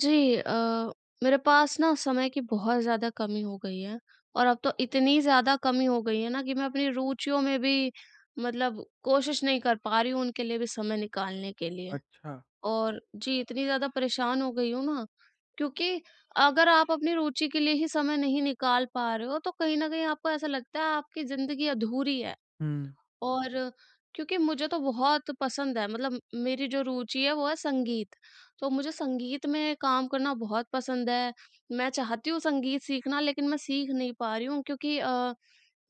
जी मेरे पास ना समय की बहुत ज़्यादा कमी हो गई है और अब तो इतनी ज़्यादा कमी हो गई है ना कि मैं अपनी रुचियों में भी मतलब कोशिश नहीं कर पा रही हूँ उनके लिए भी समय निकालने के लिए। अच्छा। और जी, इतनी ज़्यादा परेशान हो गई हूँ ना, क्योंकि अगर आप अपनी रुचि के लिए ही समय नहीं निकाल पा रहे हो, तो कहीं न कहीं आपको ऐसा लगता है आपकी ज़िंदगी अधूरी है। हुँ। और क्योंकि मुझे तो बहुत पसंद है, मतलब मेरी जो रुचि है वो है संगीत। तो मुझे संगीत में काम करना बहुत पसंद है। मैं चाहती हूँ संगीत सीखना, लेकिन मैं सीख नहीं पा रही हूँ क्योंकि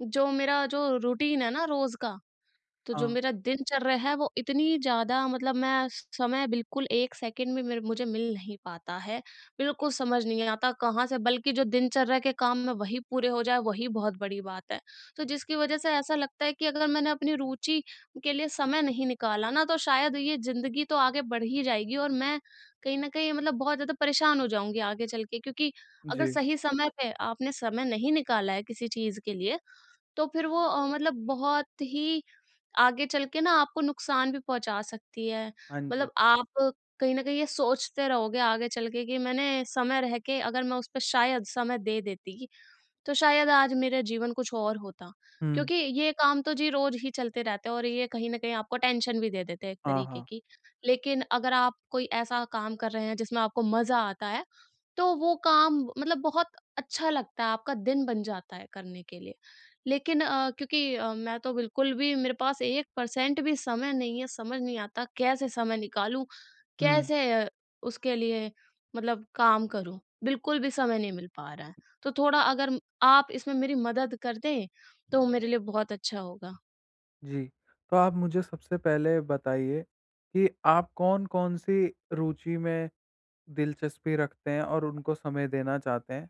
जो मेरा जो रूटीन है ना रोज़ का, तो जो हाँ, मेरा दिनचर्या है वो इतनी ज़्यादा, मतलब मैं समय बिल्कुल 1 सेकंड में मेरे मुझे मिल नहीं पाता है। बिल्कुल समझ नहीं आता कहाँ से, बल्कि जो दिनचर्या के काम में वही पूरे हो जाए वही बहुत बड़ी बात है। तो जिसकी वज़ह से ऐसा लगता है कि अगर मैंने अपनी रुचि के लिए समय नहीं निकाला ना, तो शायद ये ज़िंदगी तो आगे बढ़ ही जाएगी और मैं कहीं न कहीं मतलब बहुत ज़्यादा परेशान हो जाऊँगी आगे चल के, क्योंकि अगर जी। सही समय पे आपने समय नहीं निकाला है किसी चीज़ के लिए, तो फिर वो मतलब बहुत ही आगे चल के ना आपको नुकसान भी पहुँचा सकती है। हाँ जी। मतलब आप कहीं न कहीं ये सोचते रहोगे आगे चल के कि मैंने समय रह के अगर मैं उस पे शायद समय दे देती, तो शायद आज मेरा जीवन कुछ और होता। हुँ। क्योंकि ये काम तो जी रोज़ ही चलते रहते हैं और ये कहीं न कहीं आपको टेंशन भी दे देते हैं एक हाँ, तरीके हाँ। की। लेकिन अगर आप कोई ऐसा काम कर रहे हैं जिसमें आपको मज़ा आता है, तो वो काम मतलब बहुत अच्छा लगता है, आपका दिन बन जाता है करने के लिए। लेकिन क्योंकि मैं तो बिल्कुल भी, मेरे पास 1% भी समय नहीं है, समझ नहीं आता कैसे समय निकालूँ? हुँ। कैसे उसके लिए मतलब काम करूँ? बिल्कुल भी समय नहीं मिल पा रहा है। तो थोड़ा अगर आप इसमें मेरी मदद कर दें, तो मेरे लिए बहुत अच्छा होगा। जी, तो आप मुझे सबसे पहले बताइए कि आप कौन-कौन सी रुचि में दिलचस्पी रखते हैं और उनको समय देना चाहते हैं?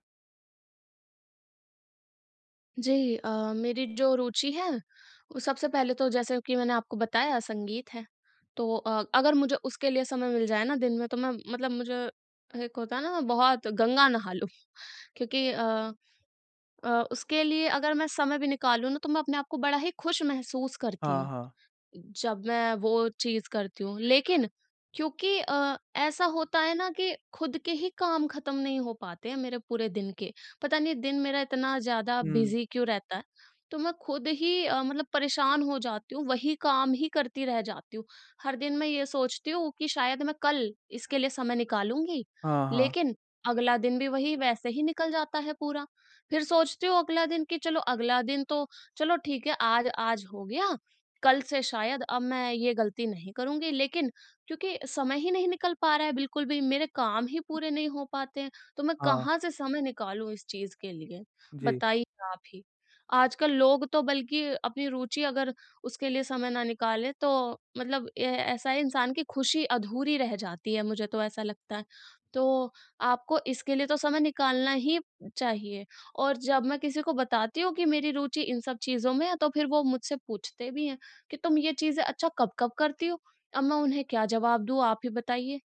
जी मेरी जो रुचि है, वो सबसे पहले तो जैसे कि मैंने आपको बताया संगीत है। तो अगर मुझे उसके लिए समय मिल जाए ना दिन में, तो मैं मतलब मुझे एक होता है ना मैं बहुत गंगा नहा लूँ। क्योंकि उसके लिए अगर मैं समय भी निकालूँ ना, तो मैं अपने आप को बड़ा ही खुश महसूस करती हाँ, हूँ हाँ। जब मैं वो चीज़ करती हूँ। लेकिन क्योंकि ऐसा होता है ना कि खुद के ही काम खत्म नहीं हो पाते हैं मेरे पूरे दिन के। पता नहीं दिन मेरा इतना ज़्यादा हुँ। बिज़ी क्यों रहता है। तो मैं खुद ही मतलब परेशान हो जाती हूँ, वही काम ही करती रह जाती हूँ। हर दिन मैं ये सोचती हूँ कि शायद मैं कल इसके लिए समय निकालूँगी, हाँ, हाँ। लेकिन अगला दिन भी वही वैसे ही निकल जाता है पूरा। फिर सोचती हूँ अगला दिन कि चलो अगला दिन तो, चलो ठीक है आज आज हो गया, कल से शायद अब मैं ये गलती नहीं करूँगी। लेकिन क्योंकि समय ही नहीं निकल पा रहा है बिल्कुल भी, मेरे काम ही पूरे नहीं हो पाते हैं, तो मैं हाँ, कहाँ से समय निकालूँ इस चीज़ के लिए? जी। बताइए आप ही। आजकल लोग तो बल्कि अपनी रुचि अगर उसके लिए समय ना निकाले, तो मतलब ए ऐसा है, इंसान की खुशी अधूरी रह जाती है, मुझे तो ऐसा लगता है। तो आपको इसके लिए तो समय निकालना ही चाहिए। और जब मैं किसी को बताती हूँ कि मेरी रुचि इन सब चीज़ों में है, तो फिर वो मुझसे पूछते भी हैं कि तुम ये चीज़ें अच्छा कब-कब करती हो? अब मैं उन्हें क्या जवाब दूँ, आप ही बताइए?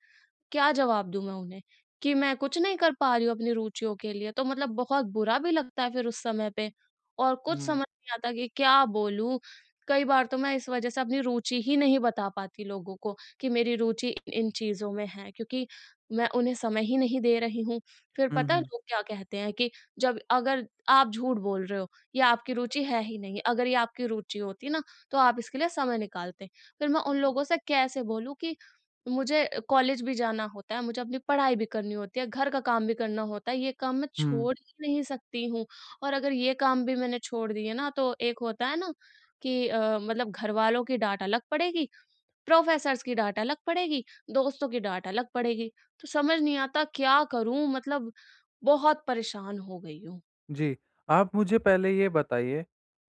क्या जवाब दूँ मैं उन्हें कि मैं कुछ नहीं कर पा रही हूँ अपनी रुचियों के लिए? तो मतलब बहुत बुरा भी लगता है फिर उस समय पे, और कुछ समझ हुँ। नहीं आता कि क्या बोलूँ? कई बार तो मैं इस वजह से अपनी रुचि ही नहीं बता पाती लोगों को कि मेरी रुचि इन इन चीज़ों में है, क्योंकि मैं उन्हें समय ही नहीं दे रही हूँ। फिर हुँ, पता है हुँ। लोग क्या कहते हैं कि जब अगर आप झूठ बोल रहे हो, ये आपकी रुचि है ही नहीं, अगर ये आपकी रुचि होती ना, तो आप इसके लिए समय निकालते। फिर मैं उन लोगों से कैसे बोलूँ कि मुझे कॉलेज भी जाना होता है, मुझे अपनी पढ़ाई भी करनी होती है, घर का काम भी करना होता है, ये काम मैं हुँ, छोड़ ही नहीं सकती हूँ। और अगर ये काम भी मैंने छोड़ दिए ना, तो एक होता है ना कि मतलब घरवालों की डाँट अलग पड़ेगी, प्रोफ़ेसर्स की डाँट अलग पड़ेगी, दोस्तों की डाँट अलग पड़ेगी। तो समझ नहीं आता क्या करूँ? मतलब बहुत परेशान हो गई हूँ। जी। आप मुझे पहले ये बताइए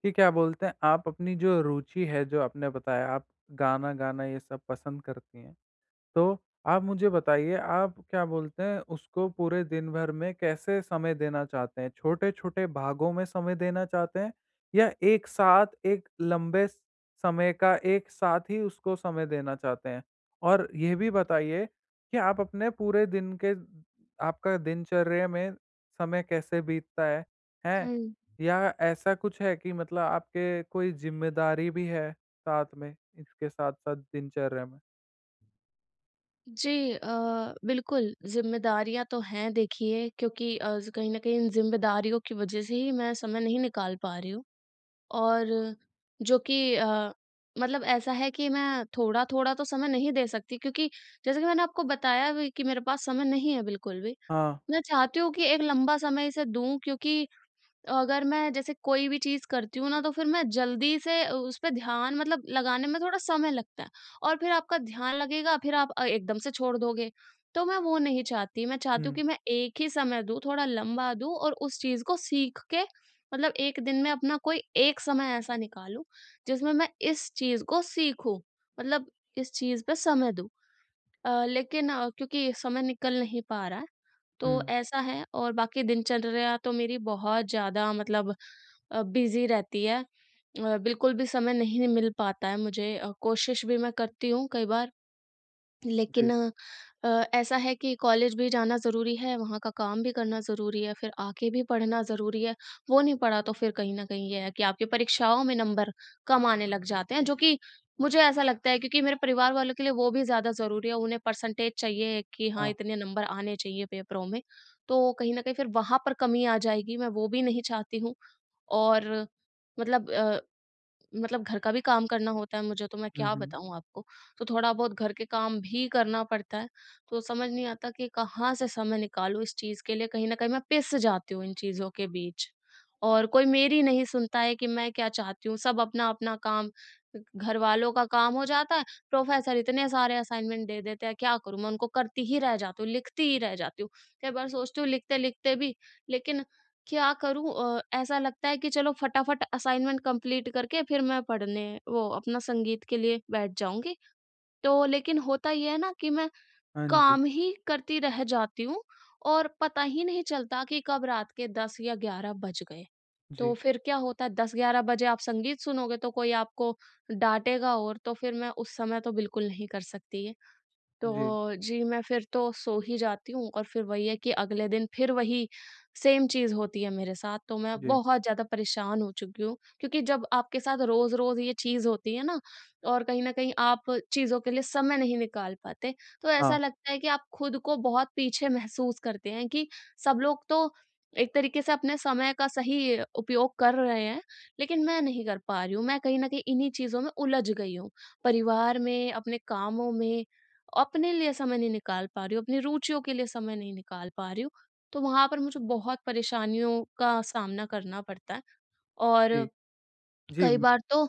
कि क्या बोलते हैं आप अपनी जो रुचि है, जो आपने बताया आप गाना गाना ये सब पसंद करती हैं। तो आप मुझे बताइए, आप क्या बोलते हैं, उसको पूरे दिन भर में कैसे समय देना चाहते हैं? छोटे-छोटे भागों में समय देना चाहते हैं या एक साथ एक लंबे स समय का एक साथ ही उसको समय देना चाहते हैं? और ये भी बताइए कि आप अपने पूरे दिन के आपका दिनचर्या में समय कैसे बीतता है, हैं? हुँ। या ऐसा कुछ है कि मतलब आपके कोई ज़िम्मेदारी भी है साथ में, इसके साथ-साथ दिनचर्या में? जी बिल्कुल, ज़िम्मेदारियाँ तो हैं देखिए, क्योंकि कहीं न कहीं इन ज़िम्मेदारियों की वज़ह से ही मैं समय नहीं निकाल पा रही हूँ। और जो कि मतलब ऐसा है कि मैं थोड़ा-थोड़ा तो समय नहीं दे सकती, क्योंकि जैसे कि मैंने आपको बताया भी कि मेरे पास समय नहीं है बिल्कुल भी। हाँ। मैं चाहती हूँ कि एक लंबा समय इसे दूँ, क्योंकि अगर मैं जैसे कोई भी चीज़ करती हूँ ना, तो फिर मैं जल्दी से उस पे ध्यान मतलब लगाने में थोड़ा समय लगता है, और फिर आपका ध्यान लगेगा, फिर आप एकदम से छोड़ दोगे। तो मैं वो नहीं चाहती, मैं चाहती हूँ कि हुँ। मैं एक ही समय दूँ, थोड़ा लंबा दूँ और उस चीज़ को सीख के मतलब 1 दिन में अपना कोई एक समय ऐसा निकालूँ, जिसमें मैं इस चीज़ को सीखूँ। मतलब इस चीज़ पे समय दूँ। लेकिन क्योंकि समय निकल नहीं पा रहा है, तो हुँ, ऐसा है, और बाकी दिनचर्या तो मेरी बहुत ज़्यादा मतलब बिज़ी रहती है। बिल्कुल भी समय नहीं मिल पाता है मुझे, कोशिश भी मैं करती हूँ कई बार, लेकिन जी। अ, ऐसा है कि कॉलेज भी जाना ज़रूरी है, वहाँ का काम भी करना ज़रूरी है, फिर आके भी पढ़ना ज़रूरी है। वो नहीं पढ़ा तो फिर कहीं न कहीं ये है कि आपकी परीक्षाओं में नंबर कम आने लग जाते हैं, जो कि मुझे ऐसा लगता है क्योंकि मेरे परिवार वालों के लिए वो भी ज़्यादा ज़रूरी है, उन्हें परसेंटेज चाहिए कि हाँ, हाँ। इतने नंबर आने चाहिए पेपरों में। तो कहीं न कहीं फिर वहाँ पर कमी आ जाएगी, मैं वो भी नहीं चाहती हूँ, और मतलब घर का भी काम करना होता है मुझे, तो मैं हुँ, क्या हुँ। बताऊँ आपको। तो थोड़ा बहुत घर के काम भी करना पड़ता है, तो समझ नहीं आता कि कहाँ से समय निकालूँ इस चीज़ के लिए, कहीं न कहीं मैं पिस जाती हूँ इन चीज़ों के बीच। और कोई मेरी नहीं सुनता है कि मैं क्या चाहती हूँ, सब अपना-अपना काम, घरवालों का काम हो जाता है, प्रोफ़ेसर इतने सारे असाइनमेंट दे देते हैं, क्या करूँ मैं, उनको करती ही रह जाती हूँ, लिखती ही रह जाती हूँ। कई बार सोचती हूँ लिखते-लिखते भी, लेकिन क्या करूँ, ऐसा लगता है कि चलो फटाफट असाइनमेंट कंप्लीट करके फिर मैं पढ़ने वो अपना संगीत के लिए बैठ जाऊँगी। तो लेकिन होता ये है ना कि मैं हाँ जी। काम ही करती रह जाती हूँ और पता ही नहीं चलता कि कब रात के 10 या 11 बज गए। तो जी, फिर क्या होता है, 10-11 बजे आप संगीत सुनोगे तो कोई आपको डाँटेगा, और तो फिर मैं उस समय तो बिल्कुल नहीं कर सकती ये। जी, तो जी, मैं फिर तो सो ही जाती हूँ और फिर वही है कि अगले दिन फिर वही सेम चीज़ होती है मेरे साथ, तो मैं जी। बहुत ज़्यादा परेशान हो चुकी हूँ। क्योंकि जब आपके साथ रोज़-रोज़ ये चीज़ होती है ना, और कहीं न कहीं आप चीज़ों के लिए समय नहीं निकाल पाते, तो ऐसा हाँ, लगता है कि आप खुद को बहुत पीछे महसूस करते हैं कि सब लोग तो एक तरीके से अपने समय का सही उपयोग कर रहे हैं, लेकिन मैं नहीं कर पा रही हूँ। मैं कहीं न कहीं इन्हीं चीज़ों में उलझ गई हूँ। परिवार में, अपने कामों में अपने लिए समय नहीं निकाल पा रही हूँ, अपनी रुचियों के लिए समय नहीं निकाल पा रही हूँ, तो वहाँ पर मुझे बहुत परेशानियों का सामना करना पड़ता है। जी, और जी। कई बार तो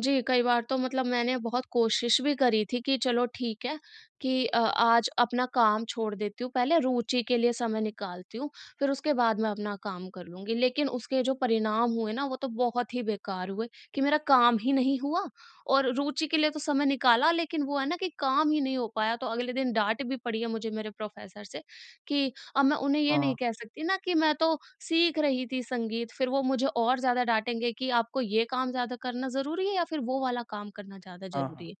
जी, कई बार तो मतलब मैंने बहुत कोशिश भी करी थी कि चलो ठीक है कि आज अपना काम छोड़ देती हूँ, पहले रुचि के लिए समय निकालती हूँ, फिर उसके बाद मैं अपना काम कर लूँगी। लेकिन उसके जो परिणाम हुए ना, वो तो बहुत ही बेकार हुए कि मेरा काम ही नहीं हुआ, और रुचि के लिए तो समय निकाला, लेकिन वो है ना कि काम ही नहीं हो पाया। तो अगले दिन डाँट भी पड़ी है मुझे मेरे प्रोफ़ेसर से कि अब मैं उन्हें ये नहीं हाँ, कह सकती ना कि मैं तो सीख रही थी संगीत, फिर वो मुझे और ज़्यादा डाँटेंगे कि आपको ये काम ज़्यादा करना ज़रूरी है या फिर वो वाला काम करना ज़्यादा हाँ, ज़रूरी हाँ। है।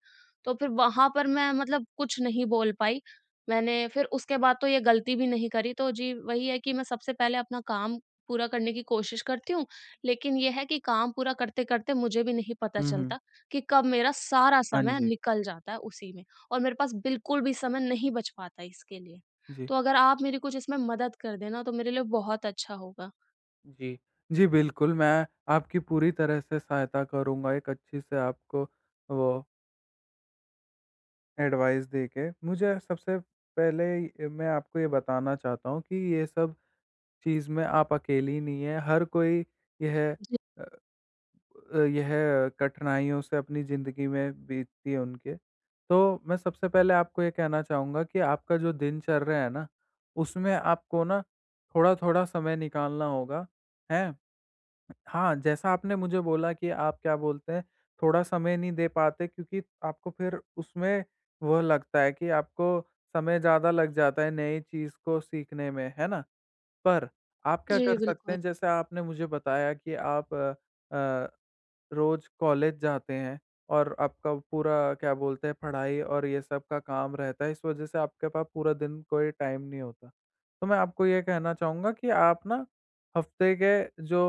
तो फिर वहाँ पर मैं मतलब कुछ नहीं बोल पाई। मैंने फिर उसके बाद तो ये गलती भी नहीं करी, तो जी वही है कि मैं सबसे पहले अपना काम पूरा करने की कोशिश करती हूँ, लेकिन ये है कि काम पूरा करते-करते मुझे भी नहीं पता हुँ, हुँ। चलता कि कब मेरा सारा हाँ समय जी, निकल जाता है उसी में, और मेरे पास बिल्कुल भी समय नहीं बच पाता इसके लिए। जी, तो अगर आप मेरी कुछ इसमें मदद कर दें ना, तो मेरे लिए बहुत अच्छा होगा। जी। जी, बिल्कुल, मैं आपकी पूरी तरह से सहायता करूँगा एक अच्छी से आपको वो एडवाइस देके। मुझे सबसे पहले मैं आपको ये बताना चाहता हूँ कि ये सब चीज़ में आप अकेली नहीं हैं, हर कोई यह जी, अ, यह कठिनाइयों से अपनी ज़िंदगी में बीतती है उनके। तो मैं सबसे पहले आपको ये कहना चाहूँगा कि आपका जो दिनचर्या है ना, उसमें आपको ना थोड़ा-थोड़ा समय निकालना होगा, हैं? हाँ, जैसा आपने मुझे बोला कि आप क्या बोलते हैं, थोड़ा समय नहीं दे पाते क्योंकि आपको फिर उसमें वो लगता है कि आपको समय ज़्यादा लग जाता है नई चीज़ को सीखने में, है ना? पर आप क्या जी कर सकते बिल्कुल। हैं जैसे आपने मुझे बताया कि अ, रोज़ कॉलेज जाते हैं और आपका पूरा क्या बोलते हैं पढ़ाई और ये सब का काम रहता है, इस वज़ह से आपके पास पूरा दिन कोई टाइम नहीं होता। तो मैं आपको ये कहना चाहूँगा कि आप ना हफ़्ते के जो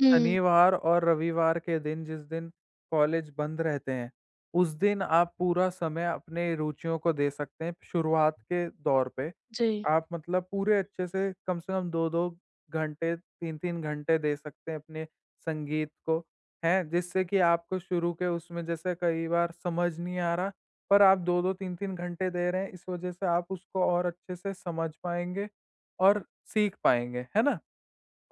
हुँ, शनिवार और रविवार के दिन जिस दिन कॉलेज बंद रहते हैं, उस दिन आप पूरा समय अपने रुचियों को दे सकते हैं शुरुआत के दौर पे। जी, आप मतलब पूरे अच्छे से कम 2-2 घंटे, 3-3 घंटे दे सकते हैं अपने संगीत को, हैं? जिससे कि आपको शुरू के उसमें जैसे कई बार समझ नहीं आ रहा, पर आप 2-2 3-3 घंटे दे रहे हैं, इस वजह से आप उसको और अच्छे से समझ पाएँगे और सीख पाएँगे, है ना?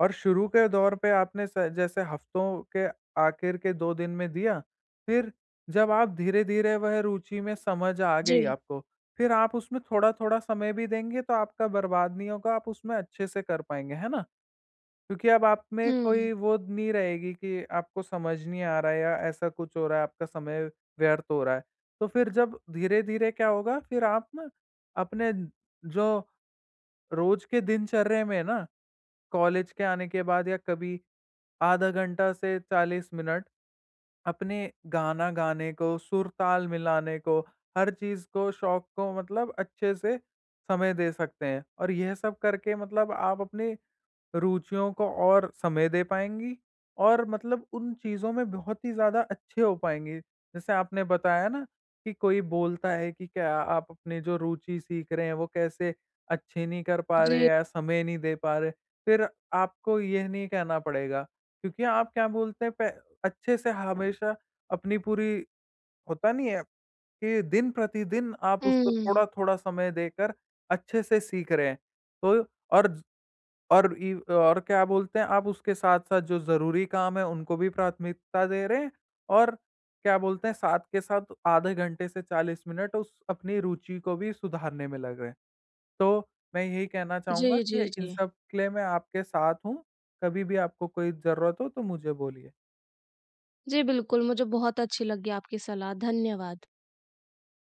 और शुरू के दौर पे आपने स जैसे हफ्तों के आखिर के 2 दिन में दिया, फिर जब आप धीरे-धीरे वह रुचि में समझ आ गई जी। आपको, फिर आप उसमें थोड़ा-थोड़ा समय भी देंगे तो आपका बर्बाद नहीं होगा, आप उसमें अच्छे से कर पाएँगे, है ना? क्योंकि अब आप में हुँ, कोई वो नहीं रहेगी कि आपको समझ नहीं आ रहा है या ऐसा कुछ हो रहा है, आपका समय व्यर्थ हो रहा है। तो फिर जब धीरे-धीरे क्या होगा, फिर आप ना अपने जो रोज़ के दिनचर्या में ना, कॉलेज के आने के बाद या कभी आधा घंटा से 40 मिनट अपने गाना गाने को, सुर-ताल मिलाने को, हर चीज़ को, शौक को मतलब अच्छे से समय दे सकते हैं। और यह सब करके मतलब आप अपने रुचियों को और समय दे पाएँगी और मतलब उन चीज़ों में बहुत ही ज़्यादा अच्छे हो पाएँगी। जैसे आपने बताया ना कि कोई बोलता है कि क्या आप अपनी जो रुचि सीख रहे हैं वो कैसे अच्छी नहीं कर पा रहे जी, या समय नहीं दे पा रहे, फिर आपको ये नहीं कहना पड़ेगा क्योंकि आप क्या बोलते हैं पै अच्छे से हमेशा अपनी पूरी होता नहीं है कि दिन प्रतिदिन आप उसको हुँ। थोड़ा-थोड़ा समय देकर अच्छे से सीख रहे हैं। तो और और इ और क्या बोलते हैं, आप उसके साथ-साथ जो ज़रूरी काम है, उनको भी प्राथमिकता दे रहे हैं और क्या बोलते हैं, साथ के साथ आधे घंटे से 40 मिनट उस अपनी रुचि को भी सुधारने में लग रहे हैं। तो मैं यही कहना जी, चाहूँगा जी, कि इन जी। सब के लिए मैं आपके साथ हूँ, कभी भी आपको कोई ज़रूरत हो तो मुझे बोलिए। जी बिल्कुल, मुझे बहुत अच्छी लगी आपकी सलाह, धन्यवाद।